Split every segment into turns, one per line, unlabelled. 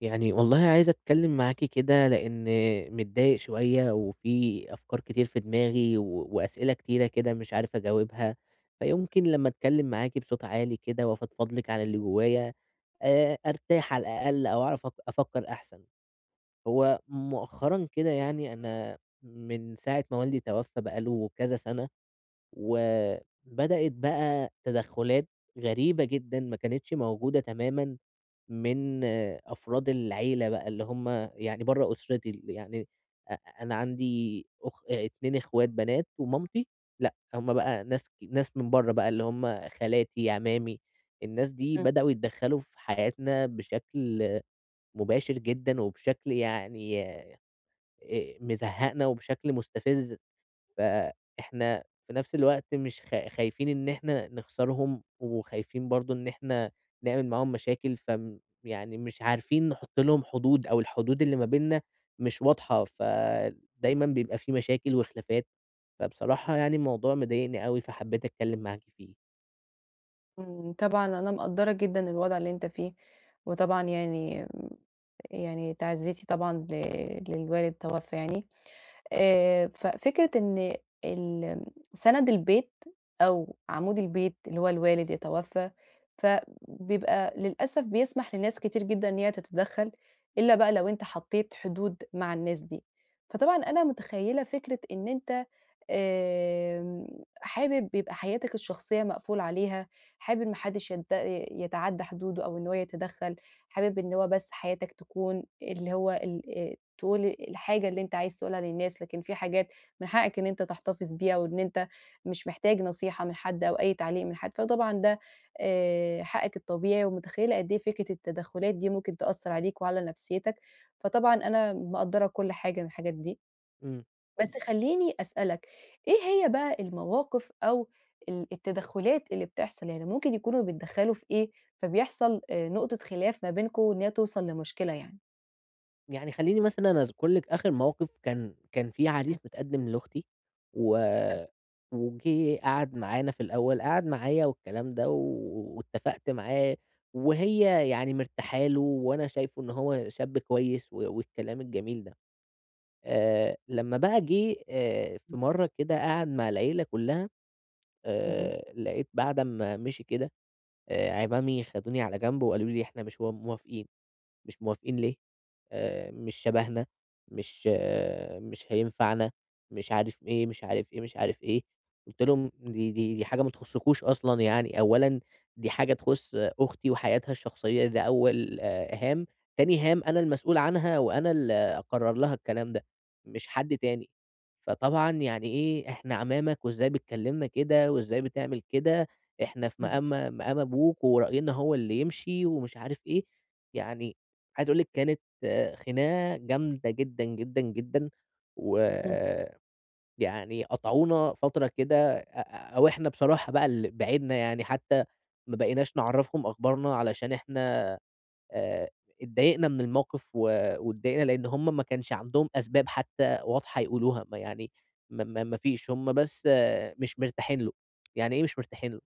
يعني والله عايز أتكلم معاكِ كده، لإن متضايق شوية، وفي أفكار كتير في دماغي، و وأسئلة كتيرة كده مش عارف أجاوبها، فيمكن لمّا أتكلم معاكِ بصوت عالي كده وأفضفض لِك عن اللي جوايا، أرتاح على الأقل أو أعرف أفكر أحسن. هو مؤخرًا كده يعني أنا من ساعة ما والدي توفى بقى له كذا سنة، وبدأت بقى تدخلات غريبة جدًا ما كانتش موجودة تمامًا من أفراد العيلة بقى اللي هم يعني برّه أسرتي، ال يعني أ أنا عندي أخ 2 إخوات بنات ومامتي، لأ هم بقى ناس من برّه بقى اللي هم خالاتي، عمامي، الناس دي بدأوا يتدخّلوا في حياتنا بشكل مباشر جدًا وبشكل مزهّقنا وبشكل مستفز. فإحنا في نفس الوقت مش خايفين إن إحنا نخسرهم، وخايفين برضه إن إحنا نعمل معاهم مشاكل، يعني مش عارفين نحط لهم حدود، أو الحدود اللي ما بيننا مش واضحة، فدايمًا بيبقى في مشاكل وخلافات، فبصراحة يعني الموضوع مضايقني أوي، فحبيت أتكلم معاكِ فيه.
طبعًا أنا مقدّرة جدًا الوضع اللي أنت فيه، وطبعًا يعني تعزيتي طبعًا للوالد توفّى يعني. ففكرة إن ال سَنَد البيت أو عمود البيت اللي هو الوالد يتوفّى، فبيبقى للأسف بيسمح لناس كتير جدًا إن هي تتدخّل، إلا بقى لو أنت حطّيت حدود مع الناس دي. فطبعًا أنا متخيّلة فكرة إن أنت آمم، حابب يبقى حياتك الشخصية مقفول عليها، حابب ما حدش يتعدّى حدوده أو إن هو يتدخّل، حابب إن هو بس حياتك تكون اللي هو ال تقول الحاجة اللي أنت عايز تقولها للناس، لكن في حاجات من حقك إن أنت تحتفظ بيها وإن أنت مش محتاج نصيحة من حد أو أي تعليق من حد. فطبعًا ده حقك الطبيعي، ومتخيّلة قد إيه فكرة التدخّلات دي ممكن تأثّر عليك وعلى نفسيتك. فطبعًا أنا مقدّرة كل حاجة من الحاجات دي.
إمم.
بس خلّيني أسألك، إيه هي بقى المواقف أو التدخُّلات اللي بتحصل، يعني ممكن يكونوا بيتدخّلوا في إيه، فبيحصل نقطة خلاف ما بينكم إن هي توصل لمشكلة يعني؟
يعني خلّيني مثلًا أذكر لِك آخر موقف كان في عريس
إمم.
متقدّم لأختي و
تمام.
وجِه قعد معانا في الأول، قعد معايا والكلام ده واتفقت معاه، وهي يعني مرتاحة له وأنا شايفه إن هو شاب كويس والكلام الجميل ده. لمّا بقى جِه في مرّة كده قعد مع العيلة كُلّها،
اهم.
لقيت بعد أمّا مشي كده عمامي خدوني على جنب وقالوا لي: "إحنا مش و موافقين." "مش موافقين ليه؟" مش شبهنا، مش هينفعنا، مش عارف إيه، مش عارف إيه، مش عارف إيه. قُلت لهم: "دي حاجة ما تخصكوش أصلًا يعني، أولًا دي حاجة تخُص أختي وحياتها الشخصية، ده أول هَام، تاني هَام أنا المسؤول عنها وأنا اللي أقرّر لها الكلام ده، مش حد تاني. فطبعًا يعني إيه، إحنا عمامك وإزاي بتكلّمنا كده وإزاي بتعمل كده، إحنا في
اهم.
مقام أبوك ورأينا هو اللي يمشي." ومش عارف إيه. يعني عايز أقول لِك كانت خناقة جامدة جدًا، جدًا، جدًا،
إمم.
ويعني قطعونا فترة كده أو إحنا بصراحة بقى اللي بعدنا، يعني حتى ما بقيناش نعرّفهم أخبارنا علشان إحنا آآ اتضايقنا من الموقف واتضايقنا لإن هم ما كانش عندهم أسباب حتى واضحة يقولوها، ما يعني ما فيش، هم بس آه، مش مرتاحين له، يعني إيه مش مرتاحين له؟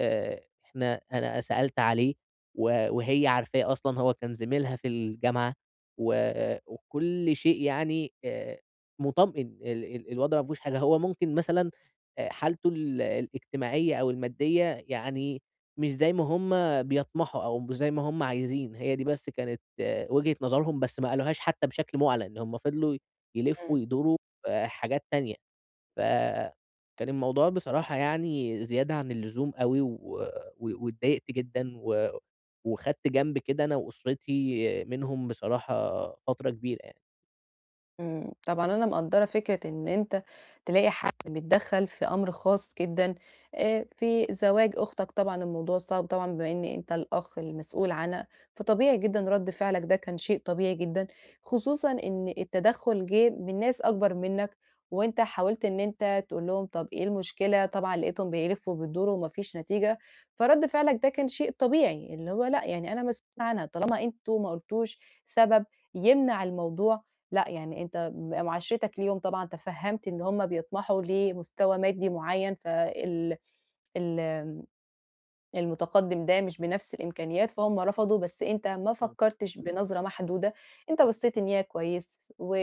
إحنا أنا سألت عليه وهي عارفاه أصلًا، هو كان زميلها في الجامعة و وكل شيء مُطمئن، ال ال الوضع ما فيهوش حاجة، هو ممكن مثلًا حالته الاجتماعية أو المادية يعني مش زي ما هُم بيطمحوا أو مش زي ما هُم عايزين، هي دي بس كانت آه، وجهة نظرهم، بس ما قالوهاش حتى بشكل مُعلن، هُم فضلوا يلفّوا
إمم.
ويدوروا في حاجات تانية. فكان الموضوع بصراحة يعني زيادة عن اللزوم أوي و واتضايقت جدًا وخدت جنب كده أنا وأسرتي منهم بصراحة فترة كبيرة يعني.
إمم، طبعًا أنا مقدّرة فكرة إن أنت تلاقي حد بيتدخّل في أمر خاص جدًا، في زواج أختك طبعًا الموضوع صعب طبعًا بما إن أنت الأخ المسؤول عنها. فطبيعي جدًا رَد فعلك ده كان شيء طبيعي جدًا، خصوصًا إن التدخّل جِه من ناس أكبر منّك، وأنت حاولت إن أنت تقول لهم طَب إيه المشكلة، طبعًا لقيتهم بيلفّوا وبيدوروا وما فيش نتيجة. فرَد فعلك ده كان شيء طبيعي، اللي هو لأ، يعني أنا مسؤول عنها طالما أنتم ما قُلتوش سبب يمنع الموضوع. لأ، يعني أنت معاشرتك ليهم طبعًا تفهّمت إن هُم بيطمحوا لمستوى مادي معيّن، فال ال المتقدم ده مش بنفس الإمكانيات فهُم رفضوا، بس أنت ما
إمم.
فكّرتش بنظرة محدودة. أنت بصّيت إن هي كويس و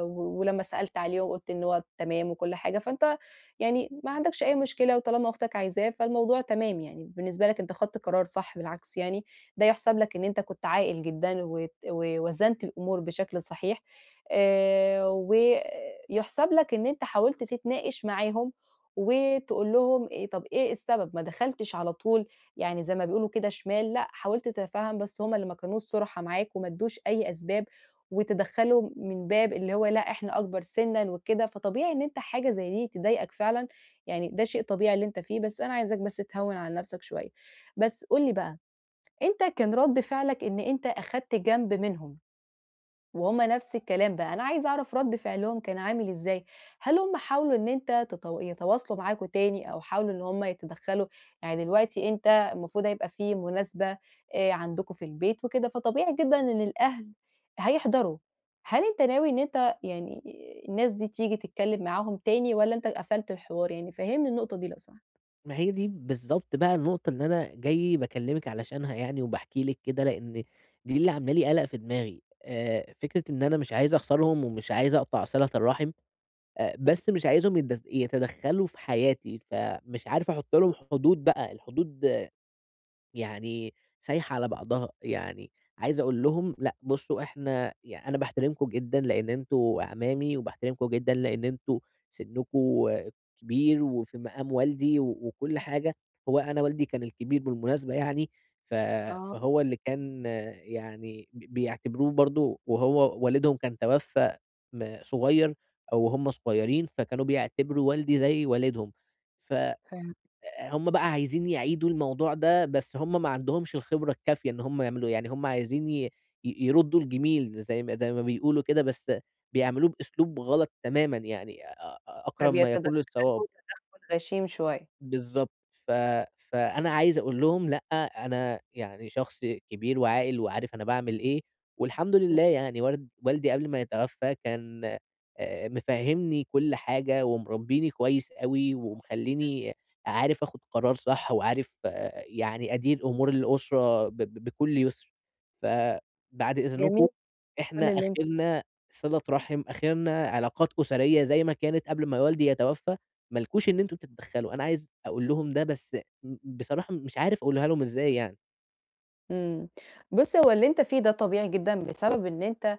و ولمّا سألت عليه وقُلت إن هو تمام وكل حاجة، فأنت يعني ما عندكش أي مشكلة وطالما أختك عايزاه فالموضوع تمام يعني. بالنسبة لك أنت خدت قرار صح بالعكس يعني، ده يُحسب لك إن أنت كنت عاقل جدًا ووزنت الأمور بشكل صحيح. ويُحسب لك إن أنت حاولت تتناقش معاهم وتقول لهم إيه طب إيه السبب، ما دخلتش على طول يعني زي ما بيقولوا كده شمال، لأ حاولت تتفهم بس هُم اللي ما كانوش صُرحا معاك وما ادّوش أي أسباب، وتدخّلوا من باب اللي هو لأ إحنا أكبر سِنًا وكده. فطبيعي إن أنت حاجة زي دي تضايقك فعلًا، يعني ده شيء طبيعي اللي أنت فيه، بس أنا عايزاك بس تهوّن على نَفْسك شوية. بس قُل لي بقى، أنت كان رَد فعلك إن أنت أخدت جنب منهم. وهُم نفس الكلام بقى، أنا عايزة أعرف رَد فعلهم كان عامل إزاي، هل هُم حاولوا إن أنت يتواصلوا معاكم تاني أو حاولوا إن هُم يتدخّلوا؟ يعني دلوقتي أنت المفروض هيبقى في مناسبة عندكم في البيت وكده، فطبيعي جدًا إن الأهل هيحضروا. هل أنت ناوي إن أنت يعني الناس دي تيجي تتكلّم معاهم تاني والّا أنت قفلت الحوار يعني؟ فهّمني النقطة دي لو سمحت.
ما هي دي بالضبط بقى النقطة اللي أنا جاي باكلمِك علشانها يعني وباحكي لِك كده، لإن دي اللي عاملة لي قلق في دماغي. فكرة إن أنا مش عايز أخسرهم ومش عايز أقطع صلة الرحم،
اهم.
بس مش عايزهم يتدخلوا في حياتي، فمش عارف أحط لهم حدود بقى، الحدود يعني سايحة على بعضها، يعني عايز أقول لهم لأ بُصّوا إحنا ي أنا باحترمكم جدًا لإن أنتم أعمامي، وباحترمكم جدًا لإن أنتم سنكم كبير وفي مقام والدي وكل حاجة، هو أنا والدي كان الكبير بالمناسبة يعني، ف
آه.
فهو اللي كان آه، يعني بيعتبروه برضه وهو والدهم كان توفى صغير أو وهُم صغيرين، فكانوا بيعتبروا والدي زي والدهم، ف
فاهم.
هم بقى عايزين يعيدوا الموضوع ده، بس هم ما عندهمش الخبرة الكافية إن هم يعملوه، يعني هم عايزين ي ي يردوا الجميل زي ما بيقولوا كده، بس بيعملوه بأسلوب غلط تمامًا يعني أ أ أقرب ما
فبيتدخّلوا
يكون للصواب.
تدخُّل غشيم شوية.
بالضبط. فأنا عايز أقول لهم لأ، أنا يعني شخص كبير وعاقل وعارف أنا باعمل إيه، والحمد
إمم.
لله يعني والدي قبل ما يتوفى كان مفهّمني كل حاجة ومربّيني كويس أوي ومخلّيني عارف آخُد قرار صح وعارف آه، يعني أدير أمور الأسرة ب ب بكل يُسر. فبعد إذنكم
جميل.
إحنا
كل اللي أن
آخرنا صِلة رحم، آخرنا علاقات أسرية زي ما كانت قبل ما والدي يتوفى. ما لكوش إن أنتم تتدخّلوا، أنا عايز أقول لهم ده بس بصراحة مش عارف أقولها لهم إزاي يعني.
إمم. بُص، هو اللي أنت فيه ده طبيعي جدًا بسبب إن أنت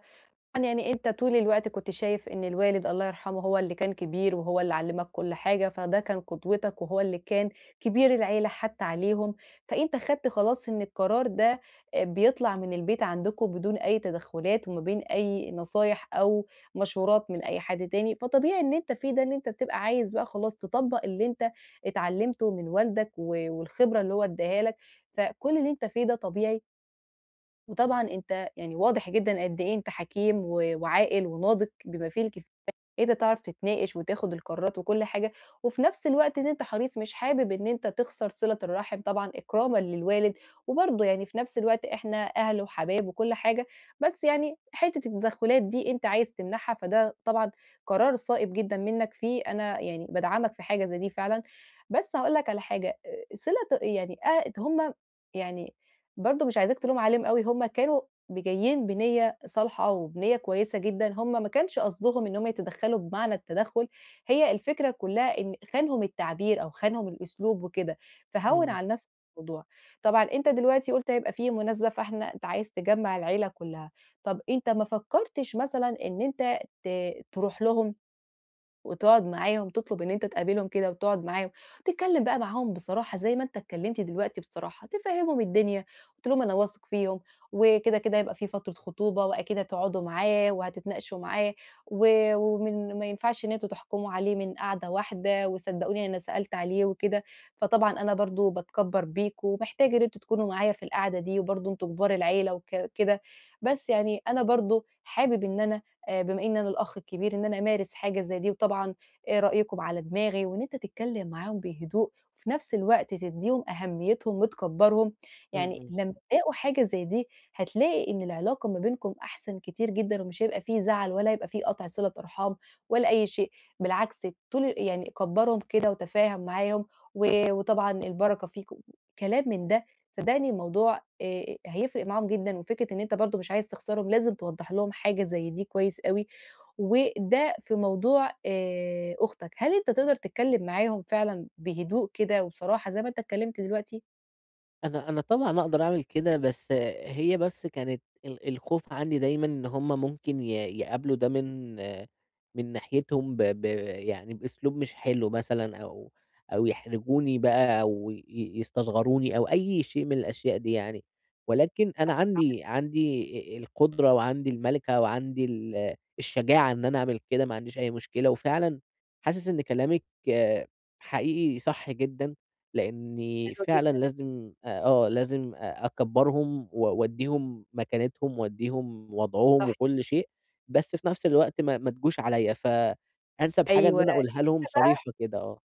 يعني أنت طول الوقت كنت شايف إن الوالد الله يرحمه هو اللي كان كبير وهو اللي علّمك كل حاجة، فده كان قدوتك وهو اللي كان كبير العيلة حتى عليهم. فأنت خدت خلاص إن القرار ده بيطلع من البيت عندكم بدون أي تدخُّلات وما بين أي نصايح أو مشورات من أي حد تاني. فطبيعي إن أنت فيه ده إن أنت بتبقى عايز بقى خلاص تطبّق اللي أنت اتعلّمته من والدك والخبرة اللي هو ادّاها لك. فكل اللي أنت فيه ده طبيعي، وطبعًا أنت يعني واضح جدًا قد إيه أنت حكيم وعاقل وناضج بما فيه الكفاية. إيه ده، تعرف تتناقش وتاخد القرارات وكل حاجة، وفي نفس الوقت إن أنت حريص مش حابب إن أنت تخسر صلة الرحم طبعًا إكرامًا للوالد، وبرضه يعني في نفس الوقت إحنا أهل وحبايب وكل حاجة، بس يعني حتة التدخلات دي أنت عايز تمنعها. فده طبعًا قرار صائب جدًا منك فيه، أنا يعني بادعمك في حاجة زي دي فعلًا. بس هاقول لك على حاجة صلة يعني آه، هم يعني برضه مش عايزاك تلوم عليهم أوي، هم كانوا جايين بنية صالحة وبنية كويسة جدًا، هم ما كانش قصدهم إن هم يتدخّلوا بمعنى التدخُّل. هي الفكرة كلّها إن خانهم التعبير أو خانهم الأسلوب وكده، فهوّن
إمم،
على نَفْسك الموضوع. طبعًا أنت دلوقتي قُلت هيبقى في مناسبة فإحنا أنت عايز تجمّع العيلة كلّها، طَب أنت ما فكّرتش مثلًا إن أنت تروح لهم؟ وتقعد معاهم، تطلب إن أنت تقابلهم كده وتقعد معاهم، تتكلم بقى معاهم بصراحة زي ما أنت اتكلمت دلوقتي بصراحة، تفهّمهم الدنيا. قُلت لهم أنا واثق فيهم، وكده، كده هيبقى في فترة خطوبة وأكيد هتقعدوا معاه وهتتناقشوا معاه، ومن ما ينفعش إن أنتم تحكموا عليه من قعدة واحدة، وصدقوني أنا سألت عليه وكده، فطبعًا أنا برضه باتكبّر بيكم، ومحتاج إن أنتم تكونوا معايا في القعدة دي، وبرضه أنتم كبار العيلة كده. بس يعني أنا برضه حابب إن أنا بما إن أنا الأخ الكبير إن أنا أمارس حاجة زي دي، وطبعًا رأيكم على دماغي، وإن أنت تتكلّم معاهم بهدوء، وفي نفس الوقت تدّيهم أهميتهم وتكبّرهم.
إمم،
يعني
إمم.
لمّا يلاقوا حاجة زي دي هتلاقي إن العلاقة ما بينكم أحسن كتير جدًا، ومش هيبقى في زعل ولا هيبقى في قطع صلة أرحام ولا أي شيء، بالعكس طول يعني كبّرهم كده وتفاهم معاهم، وطبعًا البركة فيكم، كلام من ده صدّقني الموضوع هيفرق معاهم جدًا، وفكرة إن أنت برضه مش عايز تخسرهم لازم توضّح لهم حاجة زي دي كويس أوي، وده في موضوع أختك. هل أنت تقدر تتكلم معاهم فعلًا بهدوء كده وبصراحة زي ما أنت اتكلمت دلوقتي؟
أنا طبعًا أقدر أعمل كده، بس هي بس كانت الخوف عندي دايمًا إن هُم ممكن يقابلوا ده من ناحيتهم ب ب يعني بأسلوب مش حلو مثلًا أو أو يحرجوني بقى أو يستصغروني أو أي شيء من الأشياء دي يعني، ولكن أنا عندي القدرة وعندي المَلِكة وعندي الشجاعة إن أنا أعمل كده، ما عنديش أي مشكلة، وفعلًا حاسس إن كلامِك آه، حقيقي صح جدًا لإني
حلوة
فعلًا
جدًا.
لازم لازم أكبّرهم وأدّيهم مكانتهم وأدّيهم وضعهم
صح.
وكل شيء، بس في نفس الوقت ما تجوش عليّا، فأنسب حاجة إن
أيوه.
أنا أقولها لهم صريحة كده آه.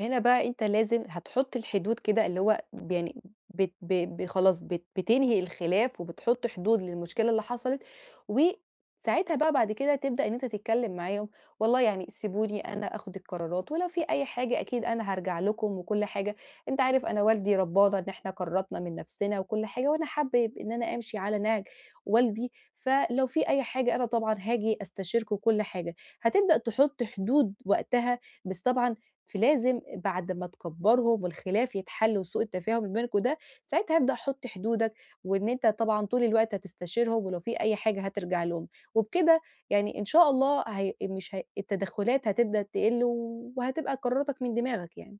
هنا بقى أنت لازم هتحُط الحدود كده اللي هو ب يعني بت ب ب خلاص بت بتنهي الخلاف وبتحُط حدود للمشكلة اللي حصلت، وساعتها بقى بعد كده تبدأ إن أنت تتكلّم معاهم، والله يعني سيبوني أنا آخُد القرارات ولو في أي حاجة أكيد أنا هارجع لكم وكل حاجة، أنت عارف أنا والدي ربّانا إن إحنا قرّرنا من نَفْسنا وكل حاجة وأنا حابب إن أنا أمشي على نَهْج والدي، فلو في أي حاجة أنا طبعًا هاجي أستشيركم وكل حاجة. هتبدأ تحُط حدود وقتها بس طبعًا، فلازم بعد ما تكبّرهم والخلاف يتحل وسوء التفاهم اللي بينكم ده، ساعتها ابدأ حُط حدودك، وإن أنت طبعًا طول الوقت هتستشيرهم ولو في أي حاجة هترجع لهم، وبكده يعني إن شاء الله هي مش هي التدخلات هتبدأ تقِل وهتبقى قراراتك من دماغك يعني.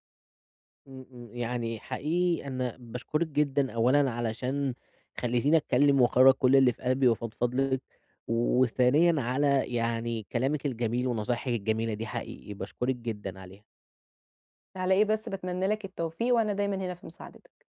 إمم، إمم، يعني حقيقي أنا باشكرِك جدًا أولًا علشان خلّيتيني أتكلّم وأخرّج كل اللي في قلبي وأفضفض لِك، وثانيًا على يعني كلامِك الجميل ونصايحِك الجميلة دي حقيقي، باشكرِك جدًا عليها.
على إيه بس، باتمنى لك التوفيق وأنا دايمًا هنا في مساعدتك.